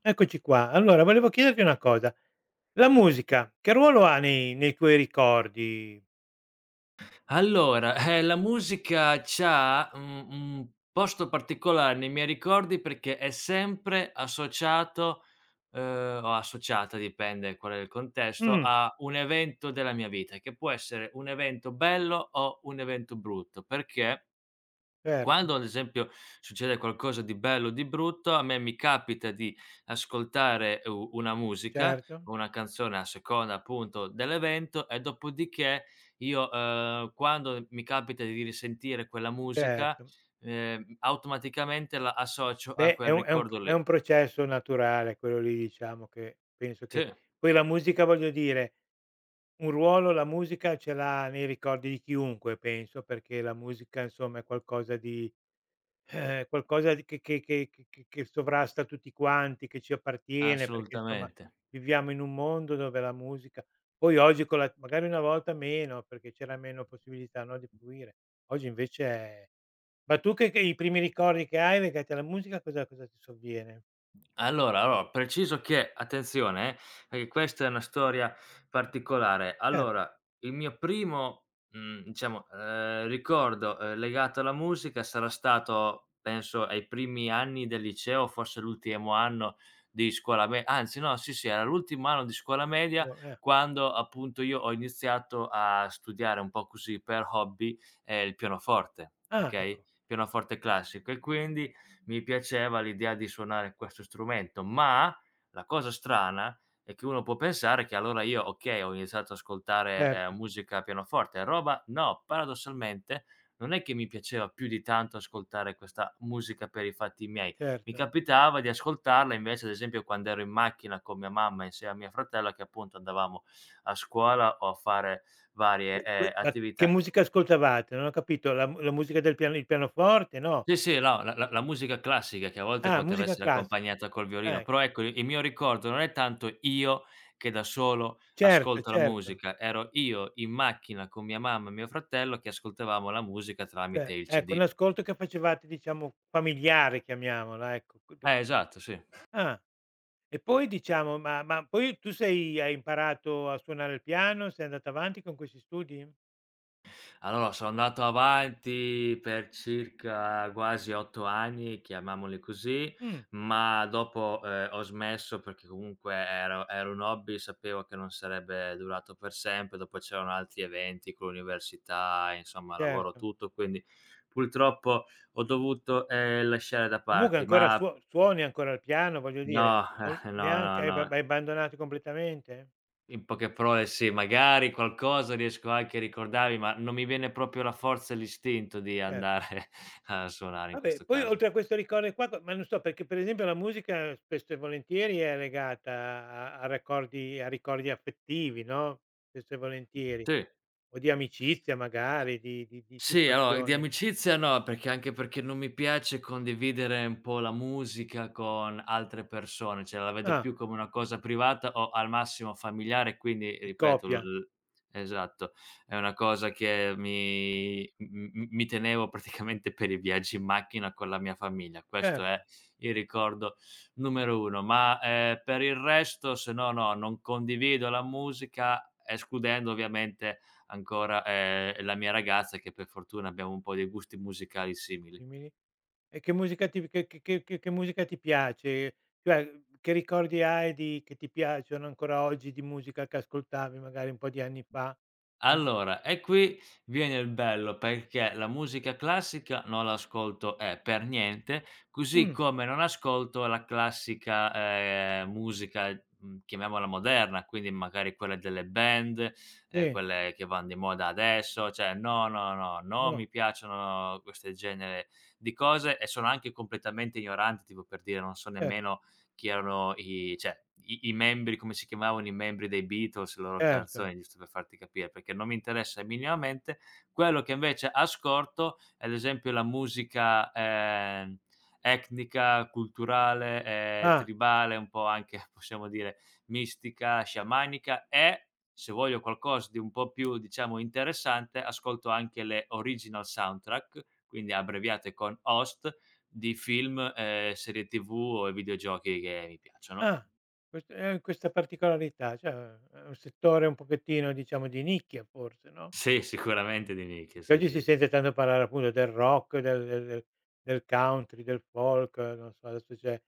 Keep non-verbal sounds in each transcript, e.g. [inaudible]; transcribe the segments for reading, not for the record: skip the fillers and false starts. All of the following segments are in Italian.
Eccoci qua. Allora volevo chiederti una cosa: la musica che ruolo ha nei tuoi ricordi? Allora, la musica c'ha, un posto particolare nei miei ricordi perché è sempre associato, o associata, dipende qual è il contesto, Mh, a un evento della mia vita, che può essere un evento bello o un evento brutto, perché certo, quando ad esempio succede qualcosa di bello o di brutto, a me mi capita di ascoltare u una musica, certo, una canzone a seconda appunto dell'evento e dopodiché io, quando mi capita di risentire quella musica, certo. Automaticamente la associo a Beh, è quel un è un p ricordo è lì. un processo naturale quello lì, diciamo, che penso Sì, che poi la musica, voglio dire, un ruolo la musica ce l'ha nei ricordi di chiunque, penso, perché la musica, insomma, è qualcosa di... qualcosa di che sovrasta tutti quanti, che ci appartiene, perché insomma assolutamente. viviamo in un mondo dove la musica, poi oggi con la magari una volta meno, perché c'era meno possibilità, no, di fruire. Oggi invece è... ma tu che i primi ricordi che hai legati alla musica, cosa ti sovviene? Allora, preciso che attenzione perché questa è una storia particolare. Certo, Allora, il mio primo, diciamo, ricordo, legato alla musica sarà stato, penso, ai primi anni del liceo, forse l'ultimo anno di scuola me anzi no, sì, sì, era l'ultimo anno di scuola media uo. quando appunto io ho iniziato a studiare un po' così per hobby, il pianoforte, Ah, okay, ecco, pianoforte classico e quindi mi piaceva l'idea di suonare questo strumento, ma la cosa strana è che uno può pensare che allora io, okay, ho iniziato ad ascoltare, certo, musica a pianoforte e roba, no, paradossalmente non è che mi piaceva più di tanto ascoltare questa musica per i fatti miei. Mi certo. capitava di ascoltarla invece, ad esempio, quando ero in macchina con mia mamma insieme a mia fratella che appunto andavamo a scuola o a fare varie, Ma che attività. musica ascoltavate? Non ho capito, la musica del piano, il pianoforte, no? Sì, sì, no, la musica classica che a volte Ah, poteva musica essere classica. accompagnata col violino, Eh, però ecco il mio ricordo non è tanto io che da solo certo, ascolto la certo. musica, ero io in macchina con mia mamma e mio fratello che ascoltavamo la musica Cioè, tramite il ecco, un CD. ascolto che facevate, diciamo, familiare, chiamiamola, ecco. Quindi Esatto, sì. ah, e poi, diciamo, ma poi tu sei hai imparato a suonare il piano? Sei andata avanti con questi studi? Allora, sono andato avanti per circa quasi 8 anni, chiamiamoli così, Mh, ma dopo, ho smesso perché comunque era un hobby, sapevo che non sarebbe durato per sempre, dopo c'erano altri eventi con l'università, insomma lavoro, certo. tutto, quindi purtroppo ho dovuto, lasciare da Comunque parte, ancora ma suo suoni ancora il piano, voglio no, dire, o [laughs] no, no, neanche, hai no. hai abbandonato completamente? In poche parole sì, magari qualcosa riesco anche a ricordarmi, ma non mi viene proprio la forza e l'istinto di Cer andare [laughs] a suonare in Vabbè, questo poi caso. oltre a questo ricordo qua, ma non so, perché per esempio la musica spesso e volentieri è legata a ricordi affettivi, no, spesso e volentieri, Sì. o di amicizia magari, di Sì, allora di situazioni amicizia no, perché anche perché non mi piace condividere un po' la musica con altre persone, cioè la vedo ah, più come una cosa privata o al massimo familiare, quindi di ripeto l coppia, l esatto, è una cosa che mi m m mi tenevo praticamente per i viaggi in macchina con la mia famiglia. Questo è certo, il ricordo numero 1, ma, per il resto se no, no, non condivido la musica, escludendo ovviamente ancora, la mia ragazza che per fortuna abbiamo un po' dei gusti musicali simili. dimmi. E che musica ti piace? Cioè, che ricordi hai di che ti piacciono ancora oggi di musica che ascoltavi magari un po' di anni fa? Allora, e qui viene il bello, perché la musica classica non l'ascolto, per niente, così Mh, come non ascolto la classica, musica, chiamiamola moderna, quindi magari quella delle band, sì, quelle che van di moda adesso, cioè no, no, no, non no, mi piacciono queste genere di cose e sono anche completamente ignorante, tipo per dire non so cer nemmeno chi erano i cioè, i membri come si chiamavano i membri dei Beatles, le loro certo. canzoni, giusto per farti capire, perché non mi interessa minimamente. Quello che invece ascolto è ad esempio la musica, etnica, culturale, Ah. tribale, un po' anche [laughs] possiamo dire mistica, sciamanica e, se voglio qualcosa di un po' più, diciamo, interessante, ascolto anche le original soundtrack, quindi abbreviate con OST, di film, serie TV e videogiochi che mi piacciono. Ah, questa particolarità, cioè è un settore un pochettino, diciamo, di nicchia, forse, no, Sì, sicuramente di nicchia, perché sì, oggi si sì. sente tanto parlare appunto del rock, del country, del folk, non so, adesso c'è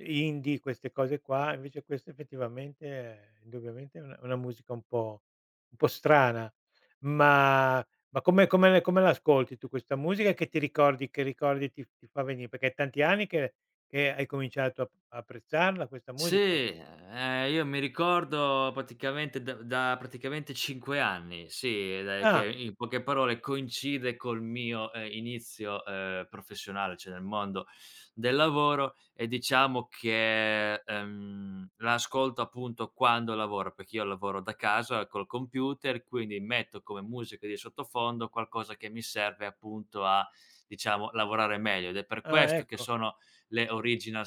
indie, queste cose qua, invece questo effettivamente è indubbiamente è una musica un po' strana. Ma come l'ascolti tu questa musica, che ricordi ti fa venì? Perché è tanti anni che hai cominciato a apprezzarla questa Sì, musica? Io mi ricordo praticamente da praticamente 5 anni, sì, dai, che Ah. in poche parole coincide col mio, inizio, professionale, cioè nel mondo del lavoro e diciamo che, l'ascolto appunto quando lavoro, perché io lavoro da casa col computer, quindi metto come musica di sottofondo qualcosa che mi serve appunto a, diciamo, lavorare meglio ed è per Ah, questo che ecco, sono le original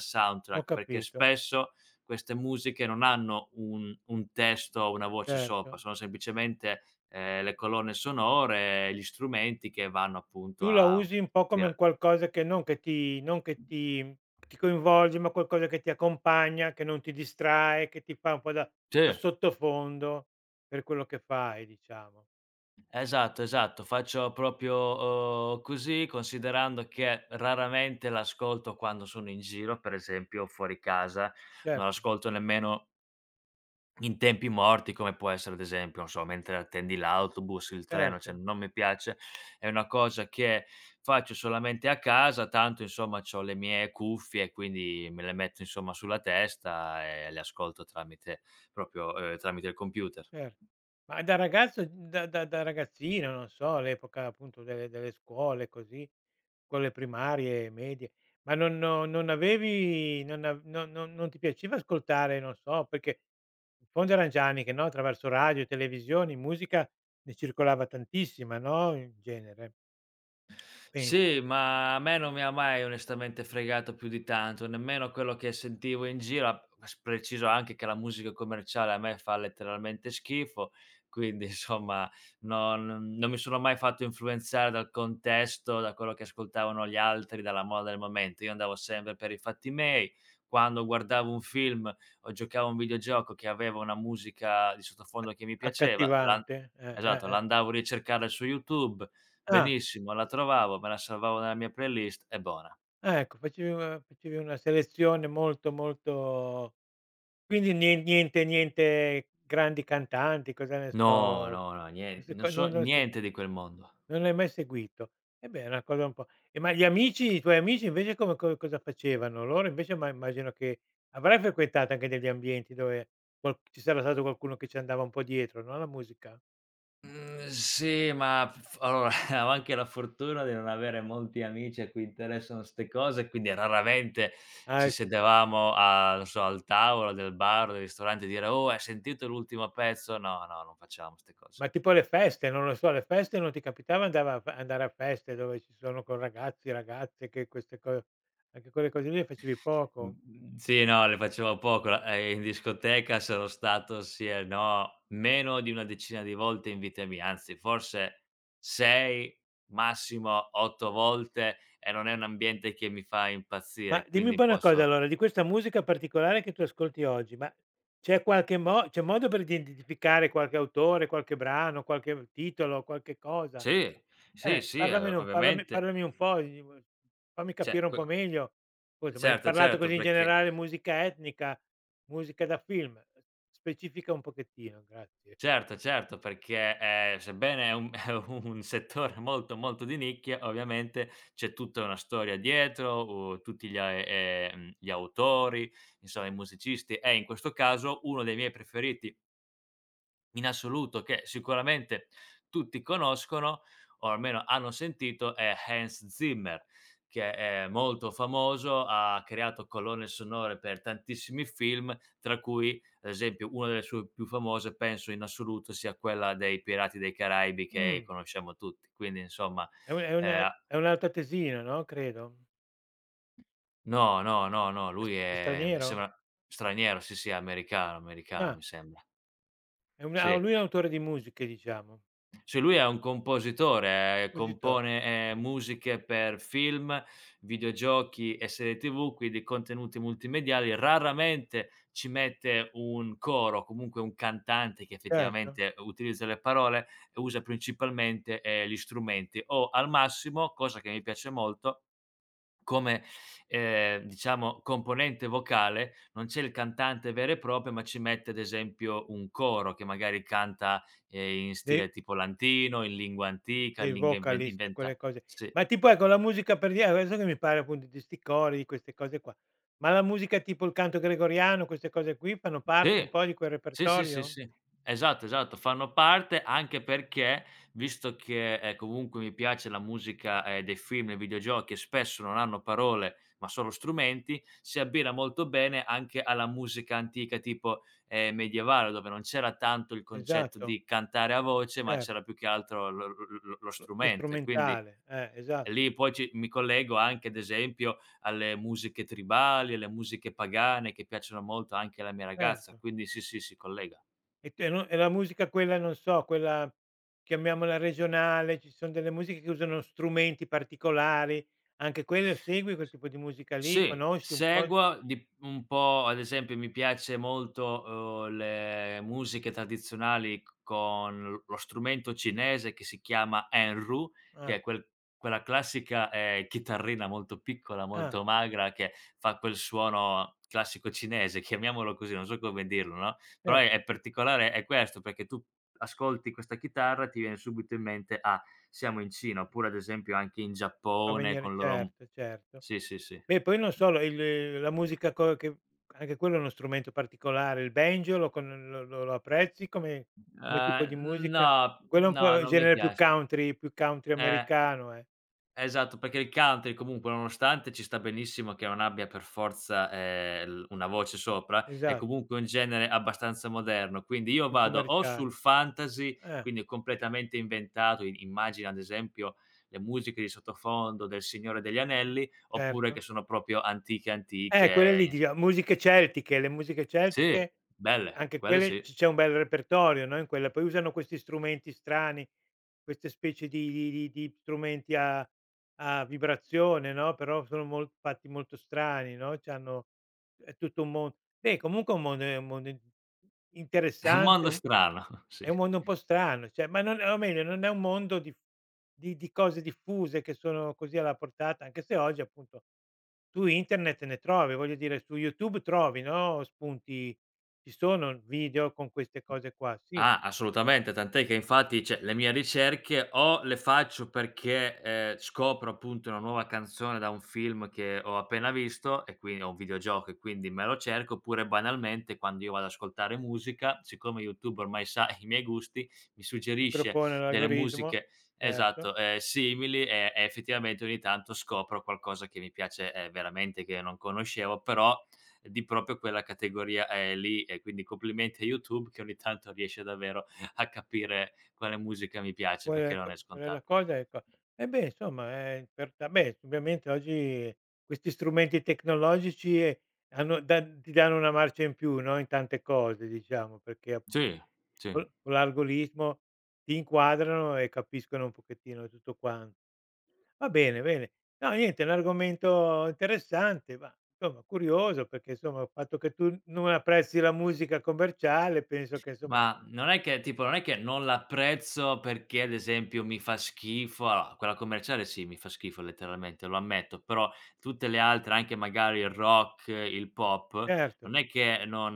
ho soundtrack, perché capito, spesso queste musiche non hanno un testo o una voce sopra, certo. sono semplicemente, le colonne sonore, gli strumenti che vanno appunto Tu la a usi un po' come un crea qualcosa che non, che ti non, che ti coinvolge, ma qualcosa che ti accompagna, che non ti distrae, che ti fa un po' da da sì, sottofondo per quello che fai, diciamo. esatto, esatto. Faccio proprio, così, considerando che raramente l'ascolto quando sono in giro, per esempio fuori casa, non Certo, ascolto nemmeno in tempi morti, come può essere ad esempio, non so, mentre attendi l'autobus, il treno, cioè certo. non mi piace, è una cosa che faccio solamente a casa, tanto insomma c'ho le mie cuffie, quindi me le metto insomma sulla testa e le ascolto tramite proprio, tramite il computer. Cer Ma da ragazzo, da da da ragazzino, non so, all'epoca appunto delle scuole così, scuole primarie, medie, ma non non non avevi, non ti piaceva ascoltare, non so, perché in fondo eran già anni che, no, attraverso radio, televisioni, musica ne circolava tantissima, no, in genere, penso. Sì, ma a me non mi ha mai onestamente fregato più di tanto, nemmeno quello che sentivo in giro, a s preciso anche che la musica commerciale a me fa letteralmente schifo, quindi [laughs] insomma non mi sono mai fatto influenzare dal contesto, da quello che ascoltavano gli altri, dalla moda del momento. Io andavo sempre per i fatti miei, quando guardavo un film o giocavo a un videogioco che aveva una musica di sottofondo che mi piaceva, la Accattivante? Esatto, la Eh. andavo a ricercare su YouTube, Ah, benissimo, la trovavo, me la salvavo nella mia playlist, è buona. ecco, facevi una selezione molto, molto... Quindi nien, niente grandi cantanti, cosa ne No, so, no, no, nie queste non co, so non non se niente di quel mondo. non l'hai mai seguito. E beh, è una cosa un po' e, ma gli amici, i tuoi amici invece come co cosa facevano? Loro invece, ma immagino che avrai frequentato anche degli ambienti dove qual ci sarà stato qualcuno che ci andava un po' dietro, no, alla musica? Mhmm, sì, ma f allora [laughs] avevo anche la fortuna di non avere molti amici a cui interessano 'ste cose, quindi raramente ci Ah, sedevamo a non so, al tavolo del bar o del ristorante e dire: "Oh, hai sentito l'ultimo pezzo?" No, no, non facevamo 'ste cose. ma tipo alle feste, non lo so, alle feste non ti capitava, andava a f andare a feste dove ci sono con ragazzi, ragazze, che queste co anche quelle cose lì le facevi poco? Sì, no, le facevo poco. La In discoteca sarò stato sì e no, meno di una decina di volte in vita mia, anzi forse 6, massimo 8 volte e non è un ambiente che mi fa Ma impazzire, dimmi un quindi po' una cosa posso allora, di questa musica particolare che tu ascolti oggi, ma c'è modo per identificare qualche autore, qualche brano, qualche titolo, qualche cosa? sì, sì, sì, Parlamene un, parlami ovviamente, parlami un po', di v fammi capire cioè un que po' meglio. Scusa, m'hai certo, parlato certo, così in perché. generale, musica etnica, musica da film, specifica un pochettino, grazie. Certo, certo, perché, sebbene è un [laughs] è un settore molto, molto di nicchia, ovviamente c'è tutta una storia dietro, tutti gli a gli autori, insomma i musicisti e in questo caso uno dei miei preferiti in assoluto che sicuramente tutti conoscono, o almeno hanno sentito, è Hans Zimmer, che è molto famoso, ha creato colonne sonore per tantissimi film, tra cui, ad esempio, una delle sue più famose penso in assoluto sia quella dei Pirati dei Caraibi che Mh, conosciamo tutti. Quindi insomma, è un, è un ehm è un altoatesino, no, credo? no, no, no, no, È s lui è è mi straniero? sembra straniero, sì, sì, è americano, americano Ah, mi sembra. è un au Sì. lui è un autore di musiche, diciamo, Cioè lui è un compositore, compositore. compone, musiche per film, videogiochi e serie TV, quindi contenuti multimediali. Raramente ci mette un coro, comunque un cantante che Certo, effettivamente utilizza le parole e usa principalmente, gli strumenti o al massimo, cosa che mi piace molto, come, diciamo componente vocale non c'è il cantante vero e proprio, ma ci mette ad esempio un coro che magari canta, in dei stile tipo lantino, in lingua antica, dei in lingua vocalist, quelle inventa cose. sì. Ma tipo, ecco, la musica per dire, adesso che mi parli appunto di 'sti cori, di queste cose qua, ma la musica tipo il canto gregoriano, queste cose qui fanno parte un Sì. po' di quel Sì, sì, sì, repertorio? sì. Esatto, esatto. Fanno parte anche perché, visto che, comunque mi piace la musica, dei film e videogiochi e spesso non hanno parole, ma solo strumenti, si abbina molto bene anche alla musica antica tipo, medievale, dove non c'era tanto il concetto Esatto, di cantare a voce, ma certo, c'era più che altro lo lo strumento e quindi strumentale, e esatto, lì poi ci mi collego anche, ad esempio, alle musiche tribali, alle musiche pagane che piacciono molto anche alla mia ragazza, certo. quindi sì, sì, si collega. E te no, e la musica quella, non so, quella, chiamiamola, regionale, ci son delle musiche che usano strumenti particolari, anche quello segui, quel tipo di musica lì? Sì, Conosci un po'? seguo di un po' ad esempio mi piace molto, le musiche tradizionali c con lo strumento cinese che si chiama enrù, che Ah, è quel quella classica, chitarrina molto piccola, ah, molto magra che fa quel suono classico cinese, [laughs] chiamiamolo così, non so come dirlo, no, però cer è particolare è questo, perché tu ascolti questa chitarra, ti viene subito in mente: "Ah, siamo in Cina", oppure ad esempio anche in ti fa Giappone venire, con loro m certo, certo. sì, sì, sì. Beh, poi non so, la il, la musica co che anche quello è uno strumento particolare, il banjo, lo con lo lo lo apprezzi come tipo di musica? No, Quello è un no, po' il non mi genere più piace. country, più country Eh, americano, eh. esatto, perché il country comunque nonostante ci sta benissimo che non abbia per forza, l una voce sopra, è Esatto, comunque un genere abbastanza moderno, quindi io più vado o sul commerciale. fantasy, Eh, quindi completamente inventato, i immagina ad esempio le musiche di sottofondo del Signore degli Anelli, oppure che certo. sono proprio antiche, Quelle lì, antiche. dica musiche celtiche, le musiche Sì, celtiche, belle, anche quelle quelle, sì. c'è un bel repertorio, no, in quella. Poi usano questi strumenti strani, queste specie di, di strumenti a vibrazione, no, però sono mol fatti molto strani, no, c'hanno, è tutto un mon beh, comunque è un mondo, è un mondo in [laughs] È un interessante, mondo un strano, [laughs] è sì. un mondo un po' strano, cioè ma non, o meglio, non è un mondo di, di cose diffuse che sono così alla portata, anche se oggi appunto su internet ne trovi, voglio dire, su YouTube trovi, no, spunti, ci sono video con queste cose qua, sì, Ah, assolutamente, tant'è che infatti, cioè, le mie ricerche o le faccio perché, scopro appunto una nuova canzone da un film che ho appena visto e quindi o un videogioco e quindi me lo cerco, oppure banalmente quando io vado ad ascoltare musica, siccome YouTube ormai sa i miei gusti, mi ti suggerisce propone delle l'algoritmo, musiche certo. esatto, simili e effettivamente ogni tanto scopro qualcosa che mi piace, veramente che non conoscevo, però di proprio quella categoria, lì. E quindi complimenti a YouTube che ogni tanto riesce davvero a capire quale musica mi piace, perché Quella q, non è quella è la scontato. cosa, ecco. E beh, insomma, è per ta beh, ovviamente oggi questi strumenti tecnologici, hanno dan ti danno una marcia in più, no, in tante cose, diciamo, perché appunto, Sì, sì. col con l'algoritmo ti inquadrano e capiscono un pochettino tutto quan Va bene, bene. No, niente, è un argomento interessante, ma insomma curioso, perché insomma il fatto che tu non apprezzi la musica commerciale, penso che insomma... Ma non è che tipo non è che non l'apprezzo perché, ad esempio, mi fa schifo allora quella commerciale sì, mi fa schifo letteralmente, lo ammetto, però tutte le altre, anche magari il rock, il pop, certo. non è che non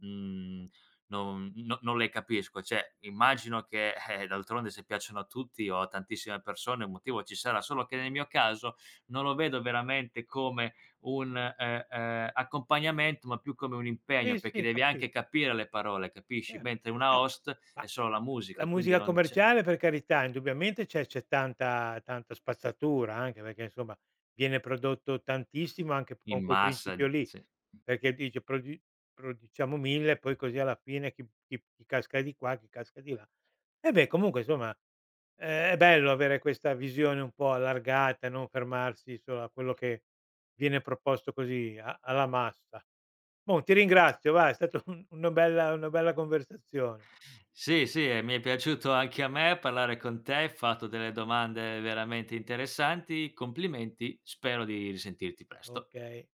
mhmm, non no non le capisco. Cioè, immagino che, d'altronde se piacciono a tutti o a tantissime persone un motivo ci sarà, solo che nel mio caso non lo vedo veramente come un, accompagnamento, ma più come un Sì, impegno, perché sì, devi capi anche capire le parole, capisci? eh. Mentre una No, host è ma solo la la musica, quindi musica non c'è commerciale, per carità, indubbiamente c'è tanta, tanta spazzatura, anche perché insomma viene prodotto tantissimo anche in con quel massa, principio lì, sì. perché dice produciamo 1000, poi così alla fine chi casca di qua, chi casca di là. E beh, comunque insomma, è bello avere questa visione un po' allargata, non fermarsi solo a quello che viene proposto così a alla massa. Mo ti ringrazio, va, è stato un, una bella conversazione. Sì, sì, e mi è piaciuto anche a me parlare con te, hai fatto delle domande veramente interessanti. Complimenti, spero di risentirti presto. Okay.